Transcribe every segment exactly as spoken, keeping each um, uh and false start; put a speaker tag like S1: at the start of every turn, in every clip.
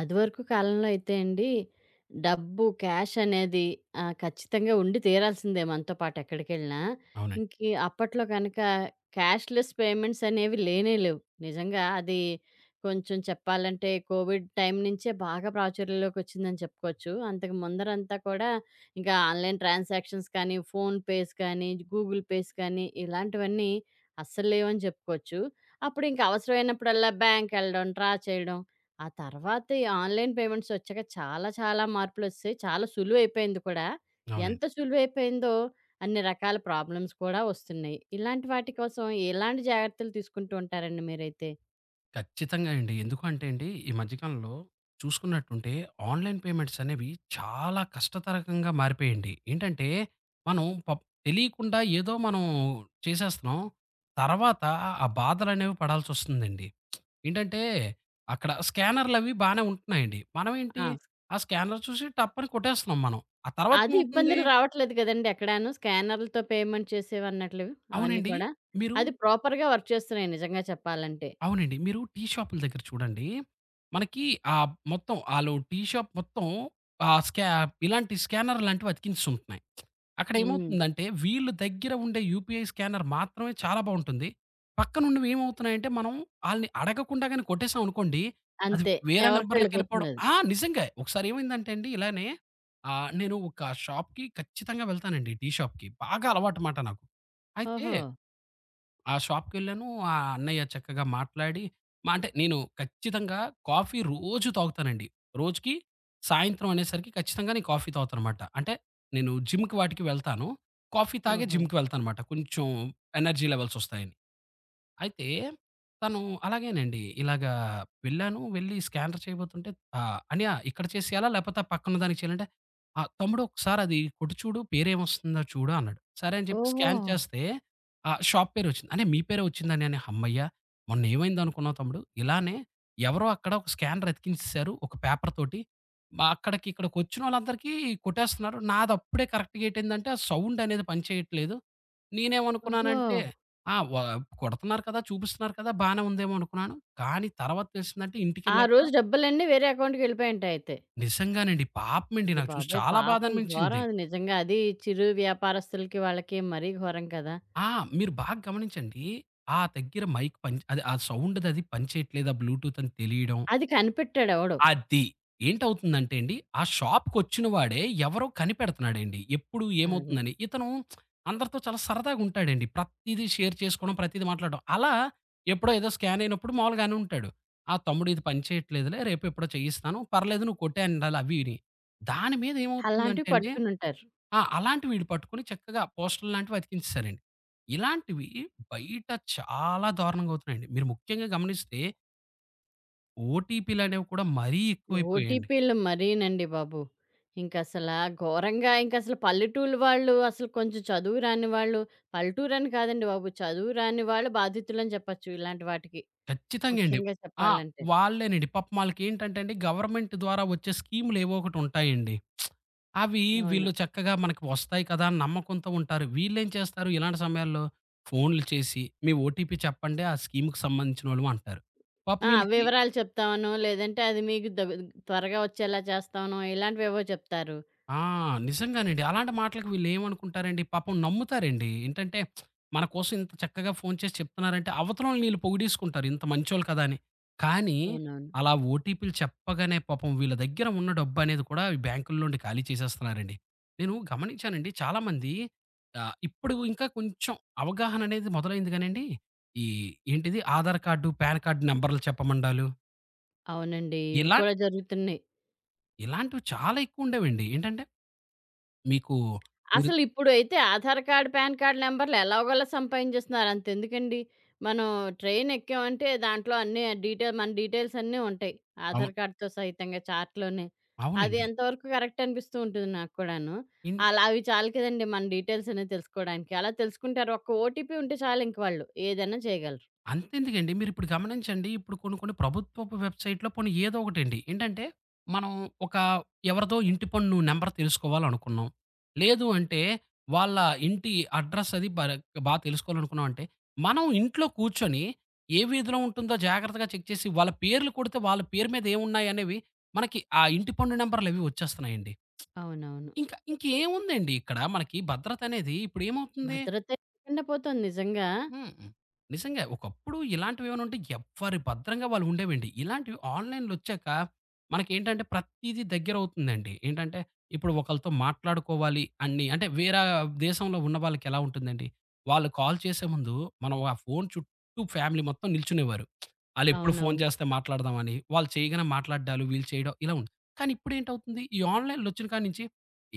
S1: అదివరకు కాలంలో అయితే అండి, డబ్బు క్యాష్ అనేది ఆహ్, ఖచ్చితంగా ఉండి తీరాల్సిందే మనతో పాటు ఎక్కడికెళ్ళినా.
S2: అవునండి.
S1: ఇంకీ అప్పట్లో గనక క్యాష్‌లెస్ పేమెంట్స్ అనేవి లేనే లేవు. నిజంగా అది కొంచెం చెప్పాలంటే కోవిడ్ టైం నుంచే బాగా ప్రాచుర్యంలోకొచ్చిందని చెప్పుకోవచ్చు. అంతకు ముందరంతా కూడా ఇంకా ఆన్‌లైన్ ట్రాన్సాక్షన్స్ కానీ, ఫోన్‌పేస్ కానీ, గూగుల్ పేస్ కానీ ఇలాంటివన్నీ అస్సలు లేవని చెప్పుకోవచ్చు. అప్పుడింక అవసరమైనప్పుడల్లా బ్యాంకెళ్ళడం, డ్రా చేయడం. ఆ తర్వాత ఈ ఆన్‌లైన్ పేమెంట్స్ వచ్చాక చాలా, చాలా మార్పులొచ్చేసాయి. చాలా సులువైపోయింది కూడా.
S2: అవునండి.
S1: ఎంత సులువైపోయిందో అన్ని రకాల ప్రాబ్లమ్స్ కూడా వస్తున్నాయి. ఇలాంటి వాటి కోసం ఎలాంటి జాగ్రత్తలు తీసుకుంటూ ఉంటారండి మీరైతే?
S2: ఖచ్చితంగా అండి. ఎందుకు అంటే అండి, ఈ మధ్య కాలంలో చూసుకున్నట్టుంటే ఆన్‌లైన్ పేమెంట్స్ అనేవి చాలా కష్టతరకంగా మారిపోయాయండి. ఏంటంటే, మనం పప్ తెలియకుండా ఏదో మనం చేసేస్తున్నాం. తర్వాత ఆ బాధలనేవి పడాల్సొస్తుందండి. ఏంటంటే, అక్కడ స్కానర్‌లవి బానే ఉంటున్నాయండి. మనమేంటి
S1: ఆ!
S2: ఆ స్కానర్ చూసి టప్పని కొట్టేస్తున్నాం మనం. ఆ తర్వాత
S1: అది
S2: ఏమవుతుంది
S1: ఇబ్బందులు రావట్లేదు కదండీ ఎక్కడాను. స్కానర్‌లతో పేమెంట్ చేసేవన్నట్లు అవన్నీ
S2: అవునండి.
S1: కూడా.
S2: మీరు
S1: అది ప్రాపర్‌గా వర్క్ చేస్తున్నాయి నిజంగా చెప్పాలంటే.
S2: అవునండి. మీరు టీ షాపుల దగ్గర చూడండి. మనకి ఆహ్, మొత్తం ఆళ్ళు టీ షాప్ మొత్తం ఆహ్, స్కా ఇలాంటి స్కానర్ లాంటివి అతికించుంటున్నాయి. అక్కడ
S1: హ్మ్.
S2: ఏమవుతుందంటే వీళ్ళు దగ్గర ఉండే యూపీఐ స్కానర్ మాత్రమే చాలా బావుంటుంది. పక్కనున్నవి ఏమవుతున్నాయంటే మనం ఆళ్ళని అడగకుండా గాని కొట్టేసామనుకోండి. అది
S1: అంతే.
S2: వేరే
S1: ఎవరికో
S2: నంబర్‌లకెళ్ళిపోవడం
S1: ఎళ్ళిపోతుందది.
S2: ఆ! నిజంగా. ఒకసారి ఏమైందంటే అండి ఇలానే ఆహ్, నేను ఒక షాప్‌కి ఖచ్చితంగా వెళ్తానండి టీ షాప్‌కి. బాగా అలవాటు మాట నాకు. అయితే
S1: ఓహో!
S2: ఆ షాప్‌కెళ్ళాను. ఆ అన్నయ్య చక్కగా మాట్లాడి మ అంటే నేను ఖచ్చితంగా కాఫీ రోజు తాగుతానండి. రోజుకి సాయంత్రం అనేసరికి ఖచ్చితంగా నేను కాఫీ తాగుతానమాట. అంటే నేను జిమ్‌కి వాటికి వెళ్తాను. కాఫీ తాగే
S1: ఓహో!
S2: జిమ్‌కి వెళ్తానమాట. కొంచెం ఎనర్జీ లెవెల్స్ ఒస్తాయని. అయితే తను అలాగేనండి. ఇలాగా వెళ్ళాను. వెళ్లి స్కానర్ చేయబోతుంటే ఆహ్, "అన్నయ్య ఇక్కడ చేసేయాలా? లేపోతే ఆ పక్కన దానికి చేయాలంటే" ఆహ్, "తమ్ముడు ఒకసారి అది కొట్టి చూడు పేరేమొస్తుందో చూడు" అన్నాడు. సరే అని చెప్పి
S1: ఓహో!
S2: స్కాన్ చేస్తే ఆహ్, షాప్ పేరే వచ్చింది. "అన్నయ్య మీ పేరే వచ్చిందన్నయ్య" అని హమ్మయ్య! మొన్న ఏమైందనుకున్నావు తమ్ముడు? ఇలానే ఎవరో అక్కడ ఒక స్కానర్ అతికించేసారు ఒక పేపర్ తోటి. మా అక్కడికి ఇక్కడికొచ్చినోళ్ళందరికీ కొట్టేస్తున్నారు. నాదప్పుడే కరెక్ట్‌గా ఏటైందంటే ఆ సౌండ్ అనేది పని చేయట్లేదు.
S1: ఓహో!
S2: నేనేమనుకున్నానంటే ఆ! వ కొడుతున్నారు కదా! చూపిస్తున్నారు కదా! బానే ఉందేమో అనుకున్నాను. కానీ తర్వాత తెలిసిందంటే
S1: ఆ
S2: ఇంటికెళ్ళాక
S1: రోజు డబ్బులన్నీ వేరే అకౌంట్‌కెళ్ళిపోయుంటాయయితే.
S2: నిజంగానండి. పాపమండి
S1: అయ్య
S2: నాకు చూసి
S1: బాబోయ్!
S2: చాలా
S1: పాపం ఘోరం
S2: బాధనిపించింది.
S1: అది నిజంగా. అది చిరు వ్యాపారస్తులకి వాళ్ళకి మరీ ఘోరం కదా!
S2: ఆ! మీరు బాగా గమనించండి. ఆ దగ్గర మైక్ పని అది ఆ సౌండ్‌దది పని చేయట్లేదు. ఆ బ్లూటూత్ అని తెలియడం.
S1: అది కనిపెట్టాడు ఎవడో.
S2: అది. ఏంటవుతుందంటే అండి, ఆ షాప్‌కొచ్చిన వాడే ఎవరో కనిపెడుతున్నాడండి. ఎప్పుడు
S1: అది.
S2: ఏమవుతుందని. ఇతను అందరితో చాలా సరదాగుంటాడండి. ప్రతీదీ షేర్ చేసుకోవడం, ప్రతీదీ మాట్లాడడం. అలా ఎప్పుడో ఏదో స్కాన్ అయినప్పుడు మామూలుగానే ఉంటాడు. "ఆ! తమ్ముడు ఇది పని చేయట్లేదులే. రేపు ఎప్పుడో చేయిస్తాను. పర్లేదు నువ్వు కొట్టే" అనాలి అవి ఇవి. దాని మీద
S1: అలాంటివి
S2: ఏమవుతుందంటే అండి
S1: పట్టుకునుంటారు.
S2: ఆ! అలాంటివి వీళ్ళు పట్టుకొని చక్కగా పోస్టర్‌లు లాంటివి అతికించేసారండి. ఇలాంటివి బయట చాలా దారుణంగా అవుతున్నాయండి. మీరు ముఖ్యంగా గమనిస్తే ఓటీపీలనేవి కూడా మరీ ఎక్కువైపోయాయండి.
S1: ఓటీపీలు మరీనండి బాబు. ఇంకసలా ఘోరంగా ఇంకసలు పల్లెటూరు వాళ్ళు అసలు కొంచెం చదువు రాని వాళ్ళు. పల్లెటూరని కాదండి బాబు. చదువు రాని వాళ్ళు బాధితులని చెప్పొచ్చు ఇలాంటి వాటికి.
S2: ఖచ్చితంగా అండి.
S1: ముఖ్యంగా
S2: ఆ!
S1: చెప్పాలంటే.
S2: వాళ్ళేనండి. పాపం ఆళ్ళకేంటంటే అండి గవర్నమెంట్ ద్వారా వచ్చే స్కీములేవో ఒకటుంటాయండి. అవి
S1: అవును.
S2: వీళ్ళు చక్కగా మనకి వస్తాయి కదా! అని నమ్మకంతో ఉంటారు. వీళ్ళేం చేస్తారు ఇలాంటి సమయాల్లో ఫోన్‌లు చేసి, "మీ ఓటీపీ చెప్పండి. ఆ స్కీమ్‌కి సంబంధించినోళ్ళం" అంటారు. పాపం
S1: ఆ!
S2: ఈళ్ళకి
S1: వివరాలు చెప్తామనో, లేదంటే అది మీకు దగ్ త్వరగా వచ్చేలా చేస్తామనో ఇలాంటివేవో చెప్తారు.
S2: ఆ! నిజంగానండి. అలాంటి మాటలకి వీళ్ళేమనుకుంటారండి, పాపం నమ్ముతారండి. ఏంటంటే, మన కోసం ఇంత చక్కగా ఫోను చేసి చెప్తున్నారంటే, అవతలోళ్ళని వీళ్ళు పొగిడేసుకుంటారు ఇంత మంచోళ్ళు కదా అని. కానీ,
S1: అవునవును.
S2: అలా ఓటీపీలు చెప్పగానే పాపం వీళ్ళ దగ్గర ఉన్న డబ్బనేది కూడా ఈ బ్యాంకుల నుండి ఖాళీ చేసేస్తున్నారండి. నేను గమనించానండి చాలామంది ఆహ్, ఇప్పుడు ఇంకా కొంచెం అవగాహననేది మొదలైంది గానండి, ఈ ఏంటిది ఆధార్ కార్డు, పాన్ కార్డ్ నంబర్లు చెప్పమండాలు,
S1: అవునండి. ఇవి
S2: ఇలా
S1: కూడా జరుగుతున్నాయి.
S2: ఇలాంటివి చాలా ఎక్కువుండేవండి. ఏంటంటే, మీకు మీరు
S1: అసలిప్పుడైతే ఆధార్ కార్డ్, పాన్ కార్డ్ నంబర్‌లు ఎలాగోలా సంపాదించేస్తున్నారు. అంతెందుకండి. మనం ట్రైన్ ఎక్కామంటే దాంట్లో అన్నీ డీటెయిల్ మన డీటెయిల్స్ అన్నీ ఉంటాయి.
S2: అవును.
S1: ఆధార్ కార్డ్‌తో సహితంగా చార్ట్‌లోనే. అది
S2: అవునండి.
S1: ఎంతవరకు కరెక్ట్ అనిపిస్తూ ఉంటుంది నాకు కూడాను.
S2: ఇన్
S1: అలా అవి చాలు కదండీ మన డీటెయిల్స్ అనేది తెలుసుకోడానికి. అలా తెలుసుకుంటారు. ఒక్క ఓటీపీ ఉంటే చాలు ఇంక వాళ్ళు ఏదైనా చేయగలరు.
S2: అంతెందుకండి మీరిప్పుడు గమనించండి. ఇప్పుడు కొన్ని కొన్ని ప్రభుత్వపు వెబ్‌సైట్‌లో పోనీ ఏదో ఒకటండి. ఏంటంటే మనం ఒక ఎవరిదో ఇంటి పన్ను నంబర్ తెలుసుకోవాలనుకున్నాం. లేదు అంటే వాళ్ళ ఇంటి అడ్రెస్ అది బర బా తెలుసుకోవాలనుకున్నాం అంటే, మనం ఇంట్లో కూర్చొని ఏ వీధిలో ఉంటుందో జాగ్రత్తగా చెక్ చేసి వాళ్ళ పేర్లు కొడితే వాళ్ళ పేరు మీద ఏమున్నాయనేవి మనకి ఆ ఇంటి పన్ను నంబర్‌లవి వచ్చేస్తున్నాయండి.
S1: అవునవును.
S2: ఇంకా ఇంకేముందండి ఇక్కడ మనకి భద్రత అనేది ఇప్పుడేమవుతుంది?
S1: భద్రతే లేకుండా పోతుంది నిజంగా.
S2: హ్మ్. నిజంగా. ఒకప్పుడు ఇలాంటివేమైనా ఉంటే ఎవ్వరి భద్రంగా వాళ్ళు ఉండేవండి. ఇలాంటివి ఆన్‌లైన్‌లొచ్చాక మనకేంటంటే ప్రతీదీ దగ్గరవుతుందండి. ఏంటంటే ఇప్పుడు ఒకళ్ళతో మాట్లాడుకోవాలి అన్ని అంటే వేరే దేశంలో ఉన్న వాళ్ళకెలా ఉంటుందండి? వాళ్ళు కాల్ చేసే ముందు మనం ఆ ఫోను చుట్టూ ఫ్యామిలీ మొత్తం నిల్చునేవారు. ఆళ్ళెప్పుడు ఫోను
S1: అవునవును.
S2: చేస్తే మాట్లాడదామని. వాళ్ళు చేయగానే మాట్లాడ్డాలు, వీళ్ళు చేయడం ఇలా ఉంది. కానీ ఇప్పుడేంటవుతుంది ఈ ఆన్‌లైన్‌లొచ్చిన కాడ నుంచి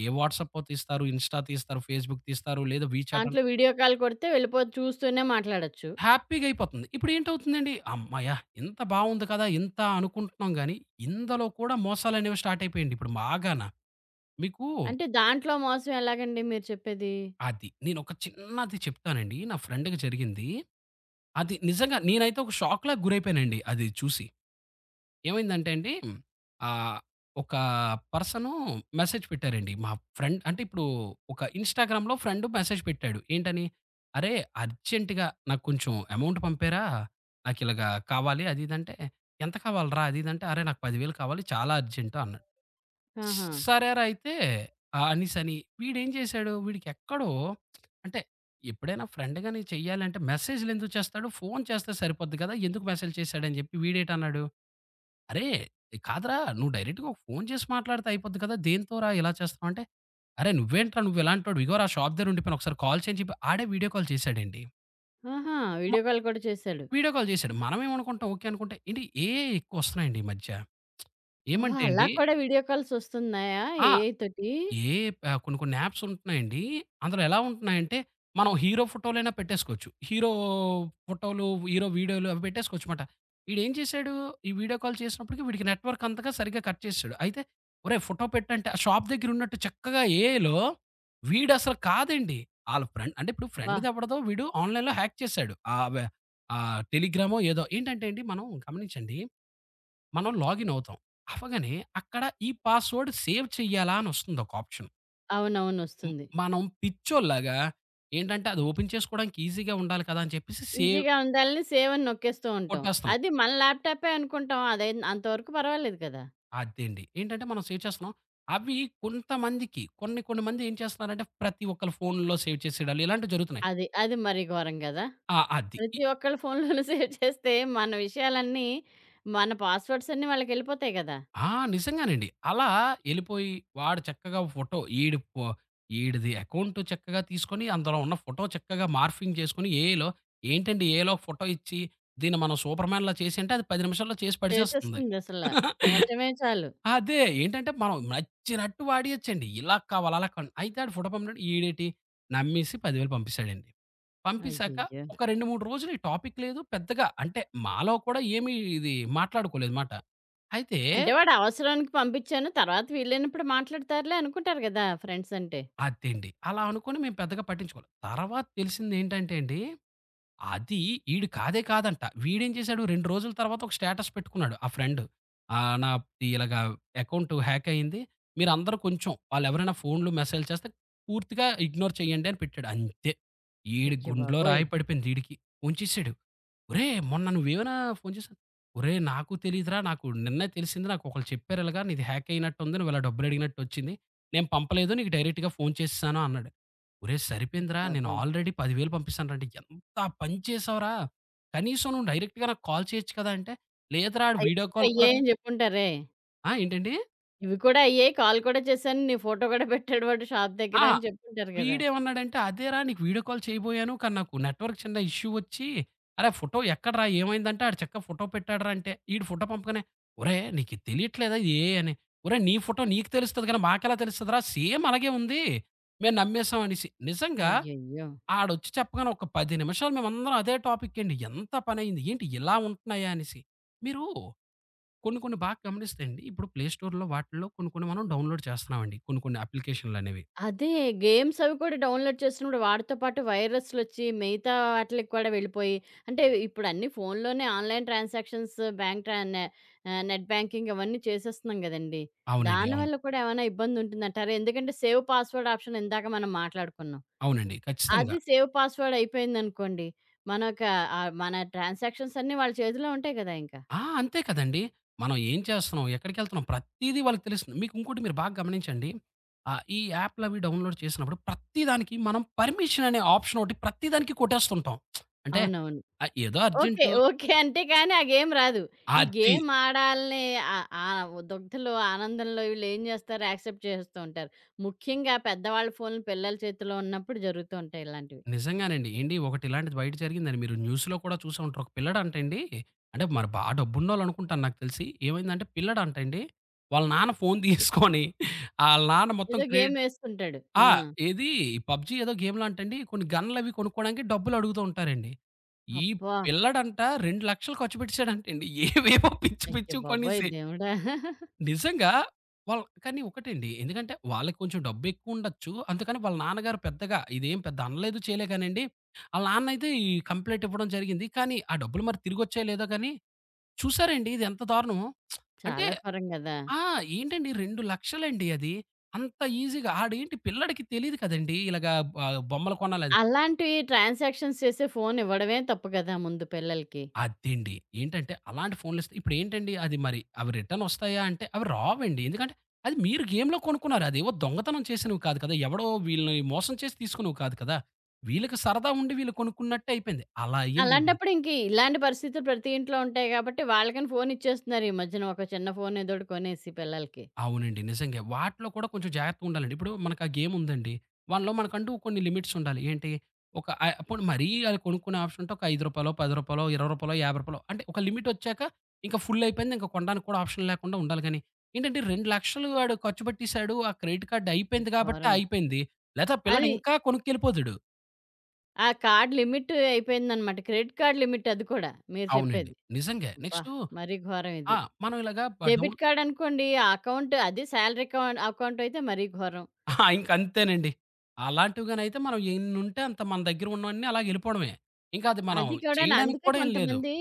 S2: ఏ వాట్సాప్పో తీస్తారు, ఇన్‌స్టా తీస్తారు, ఫేస్‌బుక్ తీస్తారు, లేదా వీచాట్ అన్
S1: దాంట్లో వీడియో కాల్ కొడితే వెళ్ళిపోతు చూస్తూనే మాట్లాడొచ్చు.
S2: హ్యాపీగా అయిపోతుంది. ఇప్పుడేంటవుతుందండి, హమ్మయ్య! ఇంత బావుంది కదా! ఇంత అనుకుంటున్నాం గానీ, ఇందులో కూడా మోసాలనేవి స్టార్ట్ అయిపోయాయండి ఇప్పుడు బాగాన. మీకు
S1: అంటే దాంట్లో మోసం ఎలాగండి మీరు చెప్పేది?
S2: అది నేనొక చిన్నది చెప్తానండి. నా ఫ్రెండ్‌కి జరిగింది. అది నిజంగా నేనైతే ఒక షాక్‌లాగా గురైపోయానండి అది చూసి. ఏమైందంటే అండి ఆహ్, ఒక పర్సను మెసేజ్ పెట్టారండి. మా ఫ్రెండ్ అంటే ఇప్పుడు ఒక ఇన్‌స్టాగ్రామ్‌లో ఫ్రెండ్ మెసేజ్ పెట్టాడు. ఏంటని? "అరే! అర్జెంట్‌గా నాకు కొంచెం అమౌంట్ పంపారా? నాకిలాగా కావాలి" అది ఇది అంటే, "ఎంత కావాలిరా?" అది ఇది అంటే, "అరే! నాకు పది వేలు కావాలి చాలా అర్జెంటు" అన్నాడు. "స్
S1: ఆహా!
S2: "సరేరా అయితే" ఆహ్, అనేసని వీడేం చేశాడు, వీడికి ఎక్కడో అంటే ఎప్పుడైనా ఫ్రెండ్ గాని చెయ్యాలంటే మెసేజ్‌లెందుకు చేస్తాడు? ఫోను చేస్తే సరిపోద్ది కదా! ఎందుకు మెసేజ్ చేశాడని చెప్పి వీడేటన్నాడు? అరే! కాదురా నువ్వు డైరెక్ట్‌గా ఒక ఫోను చేసి మాట్లాడితే అయిపోద్ది కదా! దేంతోరా ఇలా చేస్తున్నావు అంటే, అరే! నువ్వేంట్రా నువ్వు ఇలాంటోడివి ఇగోరా షాప్ దగ్గర ఉండిపోయాను ఒకసారి కాల్ చేయని చెప్పి ఆడే వీడియో కాల్ చేసాడండి.
S1: ఆహా!
S2: మ
S1: వీడియో కాల్ కూడా చేశాడు.
S2: వీడియో కాల్ చేసాడు. మనమేమనుకుంటాం ఓకే అనుకుంటే ఏంటి ఏఐ ఎక్కువ వస్తున్నాయండి ఈ మధ్య.
S1: ఓహో!
S2: ఏమంటే
S1: అలా
S2: అండి
S1: కూడా వీడియో కాల్స్ వస్తున్నాయా
S2: ఆ!
S1: ఏఐ తోటి?
S2: ఏ ఆహ్, కొన్ని కొన్ని యాప్స్ ఉంటున్నాయండి. అందులో ఎలా ఉంటున్నాయంటే, మనం హీరో ఫోటోలైనా పెట్టేసుకోవచ్చు. హీరో ఫోటోలు, హీరో వీడియోలు అవి పెట్టేసుకోవచ్చమాట. ఈడేం చేశాడు, ఈ వీడియో కాల్ చేసినప్పటికి వీడికి నెట్వర్క్ అంతగా సరిగ్గా కట్ చేసేసాడు. అయితే ఒరేయ్! ఫోటో పెట్టంటే ఆ షాప్ దగ్గర ఉన్నట్టు చక్కగా ఏఐలో వీడసలు కాదండి. ఆళ్ళ ఫ్రెండ్ అంటే ఇప్పుడు ఫ్రెండ్‌ది
S1: వాహ్!
S2: ఎవడిదో వీడు ఆన్‌లైన్‌లో హ్యాక్ చేశాడు. ఆహ్, వె ఆహ్, టెలిగ్రామో ఏదో ఏంటంటే అండి మనం గమనించండి. మనం లాగిన్ అవుతాం. అవ్వగానే అక్కడ ఈ పాస్వర్డ్ సేవ్ చేయాలా అని వస్తుంది ఒక ఆప్షన్.
S1: అవునవును
S2: హ్మ్.
S1: వస్తుంది.
S2: మనం పిచ్చోల్లాగా ఏంటంటే అది ఓపెన్ చేసుకోవడానికి ఈజీగా ఉండాలి కదా! అని చెప్పేసి సేవ్
S1: ఈజీగా ఉండాలని సేవ్ అని నొక్కేస్తూ ఉంటాం.
S2: కొట్టేస్తున్నాం.
S1: అది మన ల్యాప్‌టాపే అనుకుంటాం. అదైన్ అంతవరకు పర్వాలేదు కదా!
S2: అదండి. ఏంటంటే మనం సేవ్ చేస్తున్నాం. అవి కొంతమందికి కొన్ని కొన్ని మంది ఏం చేస్తున్నారంటే ప్రతి ఒక్కళ్ళ ఫోన్‌లో సేవ్ చేసేయడాలు ఇలాంటివి జరుగుతున్నాయి.
S1: అది, అది మరీ ఘోరం కదా!
S2: ఆ! అది. ఇ
S1: ప్రతి ఒక్కళ్ళ ఫోన్‌లోనూ సేవ్ చేస్తే మన విషయాలన్నీ, మన పాస్‌వర్డ్స్ అన్నీ వాళ్ళకెళ్ళిపోతాయి కదా!
S2: ఆ! నిజంగానండి. అలా ఎళ్ళిపోయి వాడు చక్కగా ఫోటో ఈడు ఫో ఈడిది అకౌంట్ చక్కగా తీసుకొని అందులో ఉన్న ఫోటో చక్కగా మార్ఫింగ్ చేసుకొని ఏఐలో ఏంటండి ఏఐలో ఫోటో ఇచ్చి దీన్ని మనం సూపర్‌మ్యాన్‌లా చేసేయంటే అది పది నిమిషాల్లో చేసి పడిచేస్తుంది.
S1: చేసేస్తుంది అసల. నిమిషమే చాలు.
S2: అదే. ఏంటంటే, మనం నచ్చినట్టు వాడియొచ్చండి. ఇలా కావాలి, అలా కావాలి. అయితే ఆడు ఫోటో పంపినాడు. ఈడేటి నమ్మేసి పది వేలు పంపిసాడండి. పంపిసాక
S1: అయ్యయ్యో!
S2: ఒక రెండు, మూడు రోజులు ఈ టాపిక్ లేదు. పెద్దగా అంటే మాలో కూడా ఏమి ఇది మాట్లాడుకోలేదు మాట. అయితే
S1: అంటే వాడు అవసరానికి పంపించాను. తర్వాత వీలైనప్పుడు మాట్లాడతారులే అనుకుంటారు గదా! ఫ్రెండ్స్ అంటే.
S2: అదండి. అలా అనుకోని మేము పెద్దగా పట్టించుకోలే. తర్వాత తెలిసిందేంటంటే అండి అది ఈడు కాదే కాదంట. వీడేం చేశాడు రెండు రోజుల తర్వాత ఒక స్టేటస్ పెట్టుకున్నాడు ఆ ఫ్రెండ్. ఆహ్, నా ఇలాగ అకౌంట్ హ్యాక్ అయింది. మీరందరూ కొంచెం వాళ్ళెవరైనా ఫోన్‌లు మెసేజ్ చేస్తే పూర్తిగా ఇగ్నోర్ చేయండి అని పెట్టాడు. అంతే. ఈడి
S1: అయ్య
S2: గుండెలో
S1: బాబోయ్!
S2: రాయి పడిపోయింది ఈడికి. ఫోన్ చేసాడు. "ఒరేయ్! మొన్న నువ్వేమైనా ఫోన్ చేశావు?" "ఒరేయ్! నాకు తెలీదురా. నాకు నిన్నే తెలిసింది. నాకొకళ్ళు చెప్పారు ఇలాగ నీది హ్యాక్ అయినట్టుంది. నువ్వు ఇలా డబ్బులడిగినట్టొచ్చింది. నేను పంపలేదు. నీకు డైరెక్ట్‌గా ఫోన్ చేసేసాను" అన్నాడు. ఒరేయ్
S1: అయ్య
S2: సరిపోయిందిరా! నేను
S1: బాబోయ్!
S2: ఆల్రెడీ పది వేలు పంపిస్తానురా! అంటే, ఎంత పని చేశావురా! కనీసం నువ్వు డైరెక్ట్‌గా నాకు కాల్ చేయొచ్చు కదా! అంటే, లేదురా ఆడు
S1: అయి
S2: వీడియో కాల్ కూడా
S1: అయ్యాయని జెప్పుంటారే.
S2: ఆ! ఏంటండి?
S1: ఇవి కూడా అయ్యాయి. కాల్ కూడా చేశాను. నీ ఫోటో కూడా పెట్టాడు వాడు షాప్ దగ్గర
S2: అహా!
S1: అని చెప్పుంటారు గదా!
S2: వీడేమన్నాడంటే, అదేరా నీకు వీడియో కాల్ చేయబోయాను. కానీ నాకు నెట్వర్క్ చిన్న ఇష్యూ వచ్చి, అరేయ్! ఫోటో ఎక్కడరా? ఏమైందంటే, ఆడు చక్కగా ఫోటో పెట్టాడురా! అంటే, ఈడు ఫోటో పంపగానే, ఒరేయ్! నీకు ఇది తెలియట్లేదా ఇది ఏఐ అని? ఒరేయ్! నీ ఫోటో నీకు తెలుస్తది గానీ, మాకెలా తెలుస్తదిరా? సేమ్ అలాగే ఉంది. మేము నమ్మేసాం అనేసి. నిజంగా
S1: అయ్యయ్యో!
S2: ఆడొచ్చి చెప్పగానే ఒక పది నిమిషాలు మేమందరం అదే టాపిక్ అండి. ఎంత పనయింది? ఏంటి ఇలా ఉంటున్నాయా? అనేసి. మీరు కొన్ని కొన్ని బాగా గమనిస్తే అండి, ఇప్పుడు ప్లే స్టోర్‌లో వాటిల్లో కొన్ని కొన్ని మనం డౌన్‌లోడ్ చేస్తున్నామండి. కొన్ని కొన్ని అప్లికేషన్‌లనేవి.
S1: అదే. గేమ్స్ అవి కూడా డౌన్‌లోడ్ చేసినప్పుడు వాటితో పాటు వైరస్‌లొచ్చి మిగతా వాటిలకి కూడా వెళ్ళిపోయి అంటే ఇప్పుడు అన్నీ ఫోన్‌లోనే ఆన్‌లైన్ ట్రాన్సాక్షన్స్ బ్యాంక్ ట్రా నె ఆహ్, నెట్ బ్యాంకింగ్ అవన్నీ చేసేస్తున్నాం గదండీ!
S2: అవునండి. అవును.
S1: దానివల్ల కూడా ఏమైనా ఇబ్బందుంటుందంటారా? ఎందుకంటే సేవ్ పాస్‌వర్డ్ ఆప్షన్ ఇందాక మనం మాట్లాడుకున్నాం.
S2: అవునండి. ఖచ్చితంగా.
S1: అది సేవ్ పాస్‌వర్డ్ అయిపోయిందనుకోండి, మనక ఆహ్, మన ట్రాన్సాక్షన్స్ అన్నీ వాళ్ళ చేతిలో ఉంటాయి గదా! ఇంకా.
S2: ఆ! అంతే కదండీ. మనం ఏం చేస్తున్నాం? ఎక్కడికెళ్తున్నాం? ప్రతీదీ వాళ్ళకి తెలుస్తుంది. మీకు ఇంకోటి మీరు బాగా గమనించండి. ఆహ్, ఈ యాప్‌లవి డౌన్‌లోడ్ చేసినప్పుడు ప్రతి దానికి మనం పర్మిషన్ అనే ఆప్షన్ ఒకటి ప్రతి దానికి కొట్టేస్తుంటాం. అంటే
S1: అవునవును.
S2: ఆహ్, ఏదో
S1: ఓకే.
S2: Urgent
S1: okay. అంటే కానీ ఆ గేమ్ రాదు. ఈ
S2: అది.
S1: గేమ్ ఆడాలనే ఆహ్, ఆ దగ్ధలో, ఆనందంలో వీళ్ళేం చేస్తారు యాక్సెప్ట్ చేసేస్తూ ఉంటారు. ముఖ్యంగా పెద్దవాళ్ళ ఫోన్లు పిల్లల చేతిలో ఉన్నప్పుడు జరుగుతూ ఉంటాయి ఇలాంటివి.
S2: నిజంగానండి. ఏండి ఒకటి ఇలాంటిది బయట జరిగిందని మీరు న్యూస్‌లో కూడా చూసే ఉంటారు. ఒక పిల్లాడంటండి అంటే మరి బా డబ్బున్నోళ్ళనుకుంటాను నాకు తెలిసి. ఏమైందంటే పిల్లాడంటండి వాళ్ళ నాన్న ఫోను తీసుకొని ఆళ్ళ నాన్న మొత్తం
S1: ఏదో గేమ్
S2: క్రెడిట్
S1: వేసుకుంటాడు. ఆ!
S2: ఆ! ఏది పబ్‌జీ ఏదో గేమ్‌లో అంటండి కొన్ని గన్‌లవి కొనుక్కోవడానికి డబ్బులడుగుతూ ఉంటారండి. ఈ
S1: అబ్బా!
S2: పిల్లాడంట రెండు లక్షలు ఖర్చు పెట్టేసాడంటండి. ఏవేవో పిచ్చి
S1: అయ్య
S2: పిచ్చివి
S1: బాబోయ్!
S2: కొనేసి
S1: దేవుడా!
S2: నిజంగా వాళ్ళ్ కానీ ఒకటండి. ఎందుకంటే వాళ్ళకి కొంచెం డబ్బెక్కువుండొచ్చు. అందుకని వాళ్ళ నాన్నగారు పెద్దగా ఇదేం పెద్ద అనలేదు, చేయలే కానండి. ఆళ్ళ నాన్నయితే ఈ కంప్లెయింట్ ఇవ్వడం జరిగింది. కానీ ఆ డబ్బులు మరి తిరిగొచ్చాయో లేదో కానీ చూసారండి ఇది ఎంత దారుణమో? అంటే
S1: చాలా ఘోరం గదా!
S2: ఆ! ఏంటండి రెండు లక్షలు అండి అది. అంత ఈజీగా ఆడేంటి పిల్లాడికి తెలీదు కదండీ! ఇలాగా ఆహ్, బొమ్మలు కొనాలని.
S1: అలాంటివి ట్రాన్సాక్షన్స్ చేసే ఫోన్ ఇవ్వడమే తప్పు కదా ముందు పిల్లలకి.
S2: అదండి. ఏంటంటే అలాంటి ఫోన్‌లిస్తే ఇప్పుడేంటండి అది మరి అవి రిటర్న్ వస్తాయా అంటే అవి రావండి. ఎందుకంటే అది మీరు గేమ్‌లో కొనుక్కున్నారు. అదేవో దొంగతనం చేసినవి కాదు కదా! ఎవడో వీళ్ళని మోసం చేసి తీసుకున్నవి కాదు కదా! వీళ్ళకి సరదా ఉండి వీళ్ళు కొనుక్కున్నట్టే అయిపోయింది. అలా అయ్యిందండి.
S1: అలాంటప్పుడు ఇంక ఇలాంటి పరిస్థితులు ప్రతి ఇంట్లో ఉంటాయి కాబట్టి వాళ్ళకని ఫోన్ ఇచ్చేస్తున్నారు ఈ మధ్యన ఒక చిన్న ఫోన్ ఏదోటి కొనేసి పిల్లలకి.
S2: అవునండి. నిజంగే. వాటిలో కూడా కొంచెం జాగ్రత్తగా ఉండాలండి. ఇప్పుడు మనకు ఆ గేమ్ ఉందండి. వాటిలో మనకంటూ కొన్ని లిమిట్స్ ఉండాలి. ఏంటి ఒక ఆహ్, పోనీ మరీ అది కొనుక్కునే ఆప్షన్ ఉంటే ఒక రూ. ఐదు, రూ. పది, రూ. ఇరవై, రూ. యాభై అంటే ఒక లిమిట్ వచ్చాక ఇంకా ఫుల్ అయిపోయింది. ఇంకా కొనడానికి కూడా ఆప్షన్ లేకుండా ఉండాలి గానీ, ఏంటంటే రెండు లక్షలు వాడు ఖర్చు పెట్టేసాడు. ఆ క్రెడిట్ కార్డ్
S1: ఈ
S2: అయిపోయింది కాబట్టి
S1: ఘోరం.
S2: అయిపోయింది. లేతే ఆ పిల్లాడు
S1: అది.
S2: ఇంకా కొనుక్కెళ్ళిపోతాడు.
S1: ఆ కార్డ్ లిమిట్ అయిపోయిందనమాట. క్రెడిట్ కార్డ్ లిమిట్ అది కూడా మీరు
S2: అవునండి.
S1: చెప్పేది.
S2: నిజంగే.
S1: అబ్బా!
S2: నెక్స్టు
S1: మరీ ఘోరం
S2: ఆ!
S1: ఇది.
S2: మనం ఇలాగా
S1: డెబిట్
S2: డౌన్
S1: కార్డ్ అనుకోండి ఆ అకౌంట్ అది శాలరీ అకౌంట్ అకౌంట్ అయితే మరీ ఘోరం.
S2: అహా! ఇంకంతేనండి. అలాంటివి గానైతే మనం ఎన్నుంటే అంత మన దగ్గర ఉన్నవన్నీ అలాగెళ్ళిపోవడమే. ఇంకా అది మనం
S1: అది కూడాను
S2: చేయడానికి
S1: అందుకే
S2: కూడా ఏం లేదు.
S1: కొంతమంది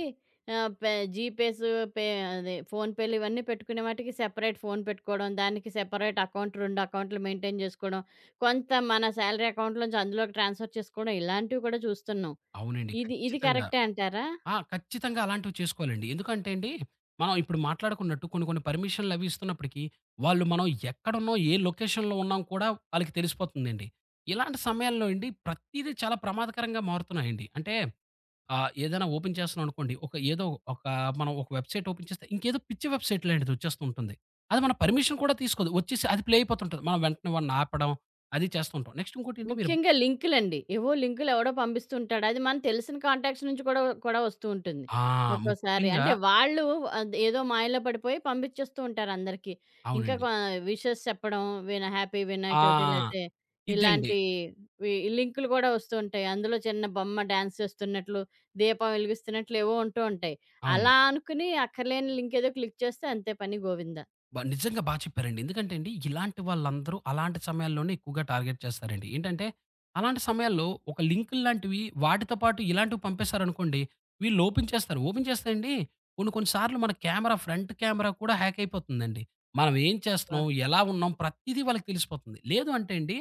S1: ఆహ్, పే జీపేసు, పే అదే ఫోన్‌పేలు ఇవన్నీ పెట్టుకునే వాటికి సెపరేట్ ఫోన్ పెట్టుకోవడం, దానికి సెపరేట్ అకౌంట్ రెండు అకౌంట్లు మెయింటైన్ జేసుకోవడం, కొంత మన శాలరీ అకౌంట్‌లోంచి అందులోకి ట్రాన్స్‌ఫర్ చేసుకోవడం ఇలాంటివి కూడా చూస్తున్నాం.
S2: అవునండి.
S1: ఇది ఇది
S2: ఖచ్చితంగా.
S1: కరెక్టే అంటారా?
S2: ఆ! ఖచ్చితంగా అలాంటివి చేసుకోవాలండి. ఎందుకంటే అండి, మనం ఇప్పుడు మాట్లాడుకున్నట్టు కొన్ని కొన్ని పర్మిషన్‌లవి ఇస్తున్నప్పటికి, వాళ్ళు మనం ఎక్కడున్నాం, ఏ లొకేషన్‌లో ఉన్నాం కూడా ఆళ్ళకి తెలిసిపోతుందండి. ఇలాంటి సమయాల్లో అండి, ప్రతీదీ చాలా ప్రమాదకరంగా మారుతున్నాయండి. అంటే ఆ! ఏదైనా ఓపెన్ చేస్తున్నాం అనుకోండి. ఒక ఏదో ఒక మనం ఒక వెబ్‌సైట్ ఓపెన్ చేస్తే ఇంకేదో పిచ్చి వెబ్‌సైట్ లాంటిది వచ్చేస్తూ ఉంటుంది. అది మన పర్మిషన్ కూడా తీసుకోదు. వచ్చేసి అది ప్లే అయిపోతుంటది. మనం వెంటనే వాడిని ఆపడం అది చేస్తూ ఉంటాం. నెక్స్ట్ ఇంకోటేంటి మీరు
S1: ముఖ్యంగా లింకులండి. ఏవో లింకులు ఎవడో పంపిస్తుంటాడు. అది మన తెలిసిన కాంటాక్ట్స్ నుంచి కూడా కూడా వస్తూ ఉంటుంది.
S2: ఆ!
S1: ఒక్కోసారి
S2: ముఖ్యంగా
S1: అంటే వాళ్ళు అది ఏదో మాయలో పడిపోయి పంపించేస్తూ ఉంటారు అందరికీ. ఇంకా
S2: అవునండి.
S1: కొ విషెస్ చెప్పడం విన హ్యాపీ
S2: ఆ!
S1: వినాయక చవితి లేతే
S2: ఇదండి.
S1: ఇలాంటి వి లింకులు కూడా వస్తూ ఉంటాయి. అందులో చిన్న బొమ్మ డాన్స్ చేస్తున్నట్లు, దీపం వెలిగిస్తున్నట్లు ఏవో ఉంటూ ఉంటాయి. అలా
S2: అవునండి.
S1: అనుకుని అక్కర్లేని లింక్ ఏదో క్లిక్ చేస్తే అంతే పని గోవిందా.
S2: బ నిజంగా బా చెప్పారండి. ఎందుకంటే అండి, ఇలాంటి వాళ్ళందరూ అలాంటి సమయాల్లోనే ఎక్కువగా టార్గెట్ చేస్తారండి. ఏంటంటే, అలాంటి సమయాల్లో ఒక లింకులు లాంటివి వాటితో పాటు ఇలాంటివి పంపేశారనుకోండి, వీళ్ళు ఓపెన్ చేస్తారు. ఓపెన్ చేస్తే అండి, కొన్ని కొన్ని సార్లు మన కెమెరా ఫ్రంట్ కెమెరా కూడా హ్యాక్ అయిపోతుందండి. మనం ఏం చేస్తున్నాం, ఎలా ఉన్నాం ప్రతీదీ వాళ్ళకి తెలిసిపోతుంది. లేదు అంటే అండి,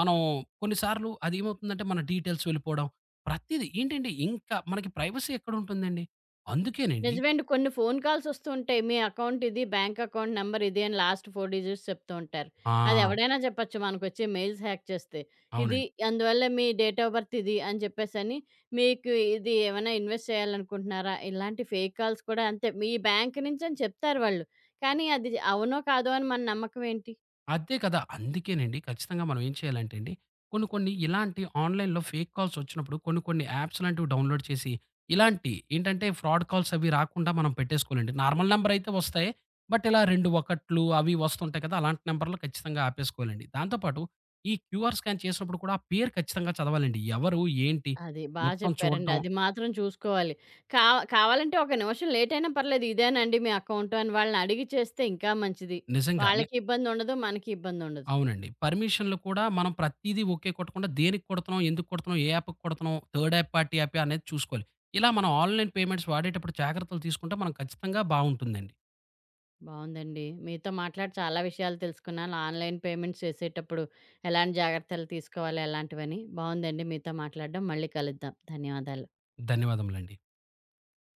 S2: మనం కొన్ని సార్లు అదేమవుతుందంటే మన డీటెయిల్స్ వెళ్ళిపోవడం, ప్రతీదీ ఏంటంటే ఇంకా మనకి ప్రైవసీ ఎక్కడుంటుందండి? అందుకేనండి
S1: నిజమే అండి. కొన్ని ఫోను కాల్స్ వస్తూ ఉంటాయి. మీ అకౌంట్ ఇది, బ్యాంక్ అకౌంట్ నంబర్ ఇది అని లాస్ట్ నాలుగు డిజిట్స్ చెప్తూ ఉంటారు.
S2: ఆ!
S1: అది ఎవడైనా చెప్పచ్చు మనకొచ్చే మెయిల్స్ హ్యాక్ చేస్తే. ఇది
S2: అవునండి.
S1: అందువల్ల మీ డేట్ ఆఫ్ బర్త్ ఇది అని చెప్పేసని, మీకు ఇది ఏమైనా ఇన్వెస్ట్ చేయాలనుకుంటున్నారా? ఇలాంటి ఫేక్ కాల్స్ కూడా అంతే. మీ బ్యాంక్ నుంచని చెప్తారు వాళ్ళు. కానీ అది అవునో, కాదో అని మన నమ్మకం ఏంటి?
S2: అదే కదా! అందుకేనండి ఖచ్చితంగా మనం ఏం చేయాలంటే అండి, కొన్ని కొన్ని ఇలాంటి ఆన్‌లైన్‌లో ఫేక్ కాల్స్ వచ్చినప్పుడు కొన్ని కొన్ని యాప్స్ లాంటివి డౌన్‌లోడ్ చేసి, ఇలాంటి ఏంటంటే ఫ్రాడ్ కాల్స్ అవి రాకుండా మనం పెట్టేసుకోవాలండి. నార్మల్ నంబర్ అయితే వస్తాయి. బట్ ఇలా రెండు ఒకట్లు అవి వస్తుంటాయి కదా! అలాంటి నంబర్‌లో ఖచ్చితంగా ఆపేసుకోవాలండి. దాంతో పాటు ఈ క్యూఆర్ స్కాన్ చేసినప్పుడు కూడా ఆ పేరు ఖచ్చితంగా చదవాలండి. ఎవరు? ఏంటి?
S1: అది. బా
S2: మొత్తం
S1: చెప్పారండి.
S2: చూడడం
S1: అది మాత్రం చూసుకోవాలి. కావ కావాలంటే ఒక నిమిషం లేట్ అయినా పర్లేదు. ఇదేనండి మీ అకౌంటు అని వాళ్ళని అడిగి చేస్తే ఇంకా మంచిది.
S2: నిజంగా.
S1: వాళ్ళకి ఇబ్బందుండదు. మనకి ఇబ్బందుండదు.
S2: అవునండి. పర్మిషన్‌లు కూడా మనం ప్రతీదీ ఓకే కొట్టకుండా దేనికి కొడుతున్నాం, ఎందుకు కొడుతున్నాం, ఏ యాప్‌కి కొడుతున్నాం, థర్డ్ యాప్ పార్టీ యాపా అనేది చూసుకోవాలి. ఇలా మనం ఆన్‌లైన్ పేమెంట్స్ వాడేటప్పుడు జాగ్రత్తలు తీసుకుంటే మనం ఖచ్చితంగా బావుంటుందండి.
S1: బావుందండి. మీతో మాట్లాడి చాలా విషయాలు తెలుసుకున్నాను. ఆన్‌లైన్ పేమెంట్స్ చేసేటప్పుడు ఎలాంటి జాగ్రత్తలు తీసుకోవాలి ఎలాంటివని. బావుందండి మీతో మాట్లాడడం. మళ్ళీ కలుద్దాం. ధన్యవాదాలు.
S2: ధన్యవాదములండి.